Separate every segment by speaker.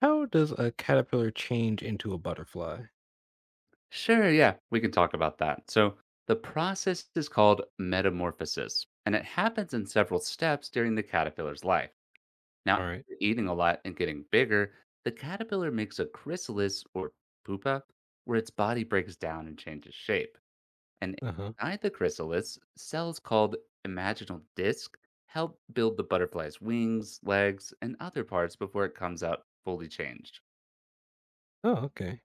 Speaker 1: How does a caterpillar change into a butterfly?
Speaker 2: Sure, yeah, we can talk about that. So, the process is called metamorphosis, and it happens in several steps during the caterpillar's life. Now,
Speaker 1: All right.
Speaker 2: after eating a lot and getting bigger, the caterpillar makes a chrysalis or pupa where its body breaks down and changes shape. And
Speaker 1: Uh huh.
Speaker 2: inside the chrysalis, cells called imaginal disc help build the butterfly's wings, legs, and other parts before it comes out fully changed.
Speaker 1: Oh, okay.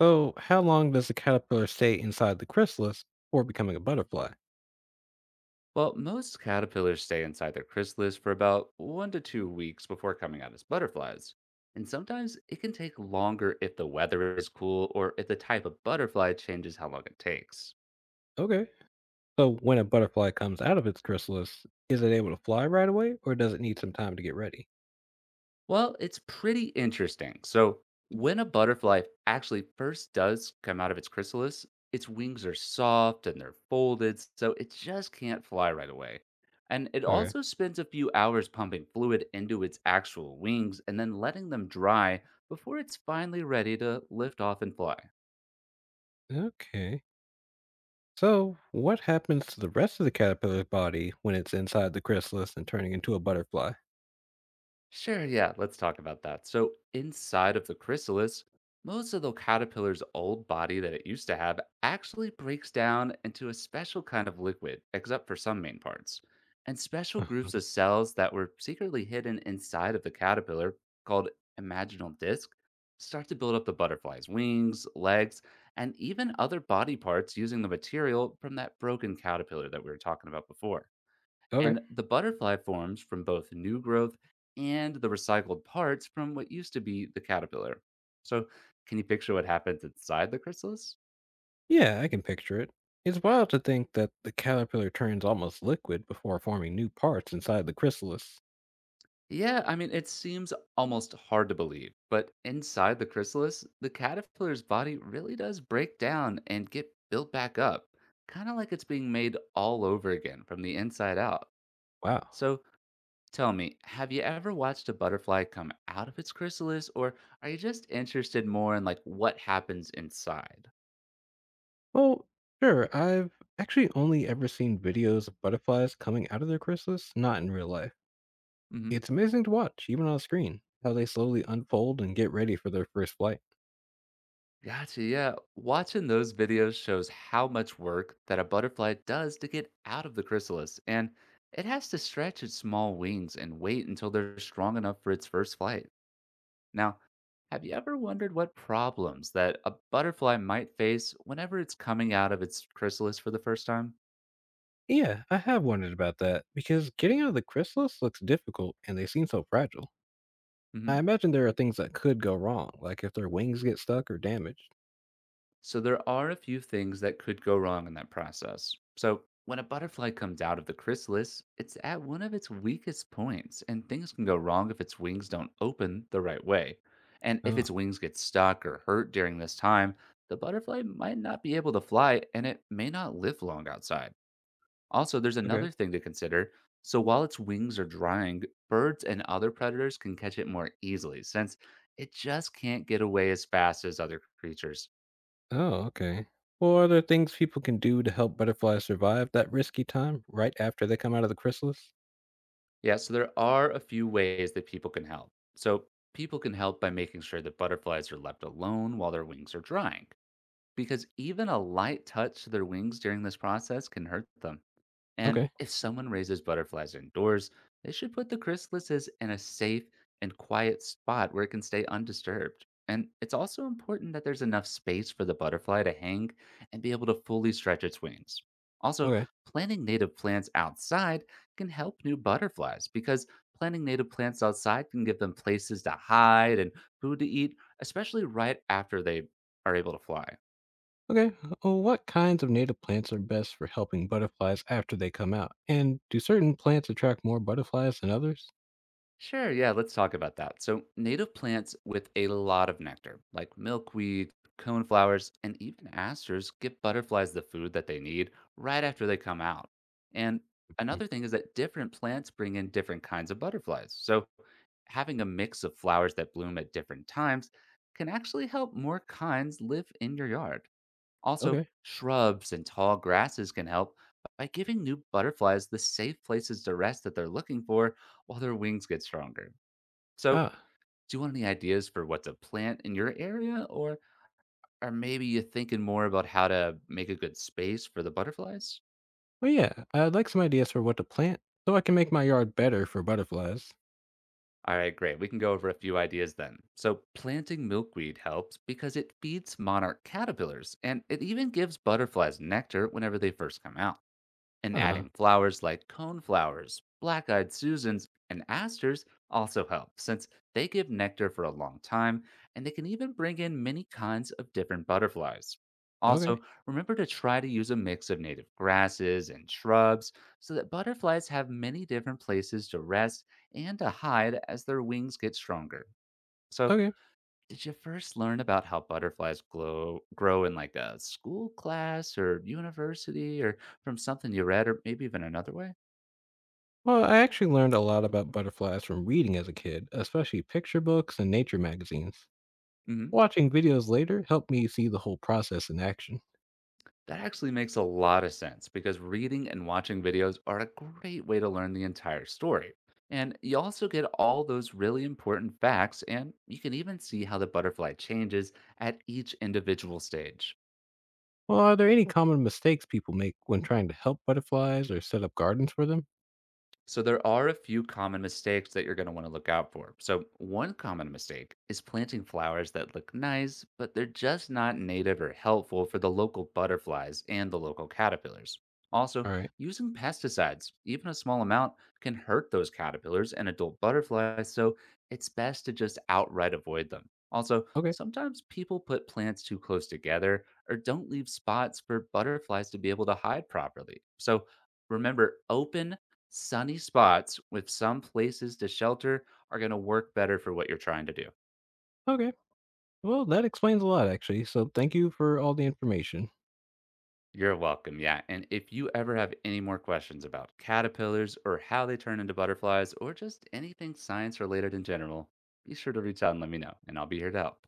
Speaker 1: So, how long does the caterpillar stay inside the chrysalis before becoming a butterfly?
Speaker 2: Well, most caterpillars stay inside their chrysalis for about 1 to 2 weeks before coming out as butterflies. And sometimes it can take longer if the weather is cool or if the type of butterfly changes how long it takes.
Speaker 1: Okay. So, when a butterfly comes out of its chrysalis, is it able to fly right away or does it need some time to get ready?
Speaker 2: Well, it's pretty interesting. So, when a butterfly actually first does come out of its chrysalis, its wings are soft and they're folded, so it just can't fly right away. And it
Speaker 1: Okay.
Speaker 2: also spends a few hours pumping fluid into its actual wings and then letting them dry before it's finally ready to lift off and fly.
Speaker 1: Okay. So, what happens to the rest of the caterpillar's body when it's inside the chrysalis and turning into a butterfly?
Speaker 2: Sure, yeah, let's talk about that. So, inside of the chrysalis, most of the caterpillar's old body that it used to have actually breaks down into a special kind of liquid, except for some main parts. And special
Speaker 1: Uh-huh.
Speaker 2: groups of cells that were secretly hidden inside of the caterpillar, called imaginal disc, start to build up the butterfly's wings, legs, and even other body parts using the material from that broken caterpillar that we were talking about before.
Speaker 1: Okay.
Speaker 2: And the butterfly forms from both new growth and the recycled parts from what used to be the caterpillar. So, can you picture what happens inside the chrysalis?
Speaker 1: Yeah, I can picture it. It's wild to think that the caterpillar turns almost liquid before forming new parts inside the chrysalis.
Speaker 2: Yeah, I mean, it seems almost hard to believe, but inside the chrysalis, the caterpillar's body really does break down and get built back up, kind of like it's being made all over again from the inside out.
Speaker 1: Wow.
Speaker 2: So, tell me, have you ever watched a butterfly come out of its chrysalis, or are you just interested more in like what happens inside?
Speaker 1: Well, sure, I've actually only ever seen videos of butterflies coming out of their chrysalis, not in real life.
Speaker 2: Hmm.
Speaker 1: It's amazing to watch, even on screen, how they slowly unfold and get ready for their first flight.
Speaker 2: Gotcha. Yeah, watching those videos shows how much work that a butterfly does to get out of the chrysalis, and it has to stretch its small wings and wait until they're strong enough for its first flight. Now, have you ever wondered what problems that a butterfly might face whenever it's coming out of its chrysalis for the first time?
Speaker 1: Yeah, I have wondered about that, because getting out of the chrysalis looks difficult and they seem so fragile.
Speaker 2: Hmm.
Speaker 1: I imagine there are things that could go wrong, like if their wings get stuck or damaged.
Speaker 2: So there are a few things that could go wrong in that process. So when a butterfly comes out of the chrysalis, it's at one of its weakest points, and things can go wrong if its wings don't open the right way. And if
Speaker 1: Oh,
Speaker 2: its wings get stuck or hurt during this time, the butterfly might not be able to fly and it may not live long outside. Also, there's
Speaker 1: okay.
Speaker 2: another thing to consider. So while its wings are drying, birds and other predators can catch it more easily since it just can't get away as fast as other creatures.
Speaker 1: Oh, okay. Well, are there things people can do to help butterflies survive that risky time right after they come out of the chrysalis?
Speaker 2: Yeah, so there are a few ways that people can help. So, people can help by making sure that butterflies are left alone while their wings are drying, because even a light touch to their wings during this process can hurt them. And
Speaker 1: Okay,
Speaker 2: if someone raises butterflies indoors, they should put the chrysalises in a safe and quiet spot where it can stay undisturbed. And it's also important that there's enough space for the butterfly to hang and be able to fully stretch its wings. Also,
Speaker 1: okay,
Speaker 2: planting native plants outside can help new butterflies because planting native plants outside can give them places to hide and food to eat, especially right after they are able to fly.
Speaker 1: okay. Well, what kinds of native plants are best for helping butterflies after they come out? And do certain plants attract more butterflies than others?
Speaker 2: Sure, yeah, let's talk about that. So, native plants with a lot of nectar, like milkweed, coneflowers, and even asters, give butterflies the food that they need right after they come out. And
Speaker 1: Hmm,
Speaker 2: another thing is that different plants bring in different kinds of butterflies. So, having a mix of flowers that bloom at different times can actually help more kinds live in your yard. Also,
Speaker 1: okay.
Speaker 2: shrubs and tall grasses can help by giving new butterflies the safe places to rest that they're looking for while their wings get stronger. So,
Speaker 1: Ah,
Speaker 2: do you want any ideas for what to plant in your area, or are maybe you thinking more about how to make a good space for the butterflies?
Speaker 1: well, yeah, I'd like some ideas for what to plant so I can make my yard better for butterflies.
Speaker 2: All right, great. We can go over a few ideas then. So, planting milkweed helps because it feeds monarch caterpillars and it even gives butterflies nectar whenever they first come out. And
Speaker 1: Uh huh.
Speaker 2: adding flowers like coneflowers, black eyed Susans, and asters also help since they give nectar for a long time and they can even bring in many kinds of different butterflies.
Speaker 1: Okay,
Speaker 2: Also, remember to try to use a mix of native grasses and shrubs so that butterflies have many different places to rest and to hide as their wings get stronger. So,
Speaker 1: okay.
Speaker 2: did you first learn about how butterflies grow in like a school class or university or from something you read or maybe even another way?
Speaker 1: Well, I actually learned a lot about butterflies from reading as a kid, especially picture books and nature magazines.
Speaker 2: Hmm.
Speaker 1: Watching videos later helped me see the whole process in action.
Speaker 2: That actually makes a lot of sense because reading and watching videos are a great way to learn the entire story. And you also get all those really important facts, and you can even see how the butterfly changes at each individual stage.
Speaker 1: Well, are there any common mistakes people make when trying to help butterflies or set up gardens for them?
Speaker 2: So there are a few common mistakes that you're going to want to look out for. So one common mistake is planting flowers that look nice, but they're just not native or helpful for the local butterflies and the local caterpillars.
Speaker 1: All
Speaker 2: Also,
Speaker 1: right.
Speaker 2: using pesticides, even a small amount, can hurt those caterpillars and adult butterflies, so it's best to just outright avoid them. Also,
Speaker 1: Okay.
Speaker 2: sometimes people put plants too close together or don't leave spots for butterflies to be able to hide properly. So remember, open sunny spots with some places to shelter are going to work better for what you're trying to do.
Speaker 1: Okay. Well, that explains a lot, actually. So thank you for all the information.
Speaker 2: You're welcome. Yeah. And if you ever have any more questions about caterpillars or how they turn into butterflies or just anything science related in general, be sure to reach out and let me know, and I'll be here to help.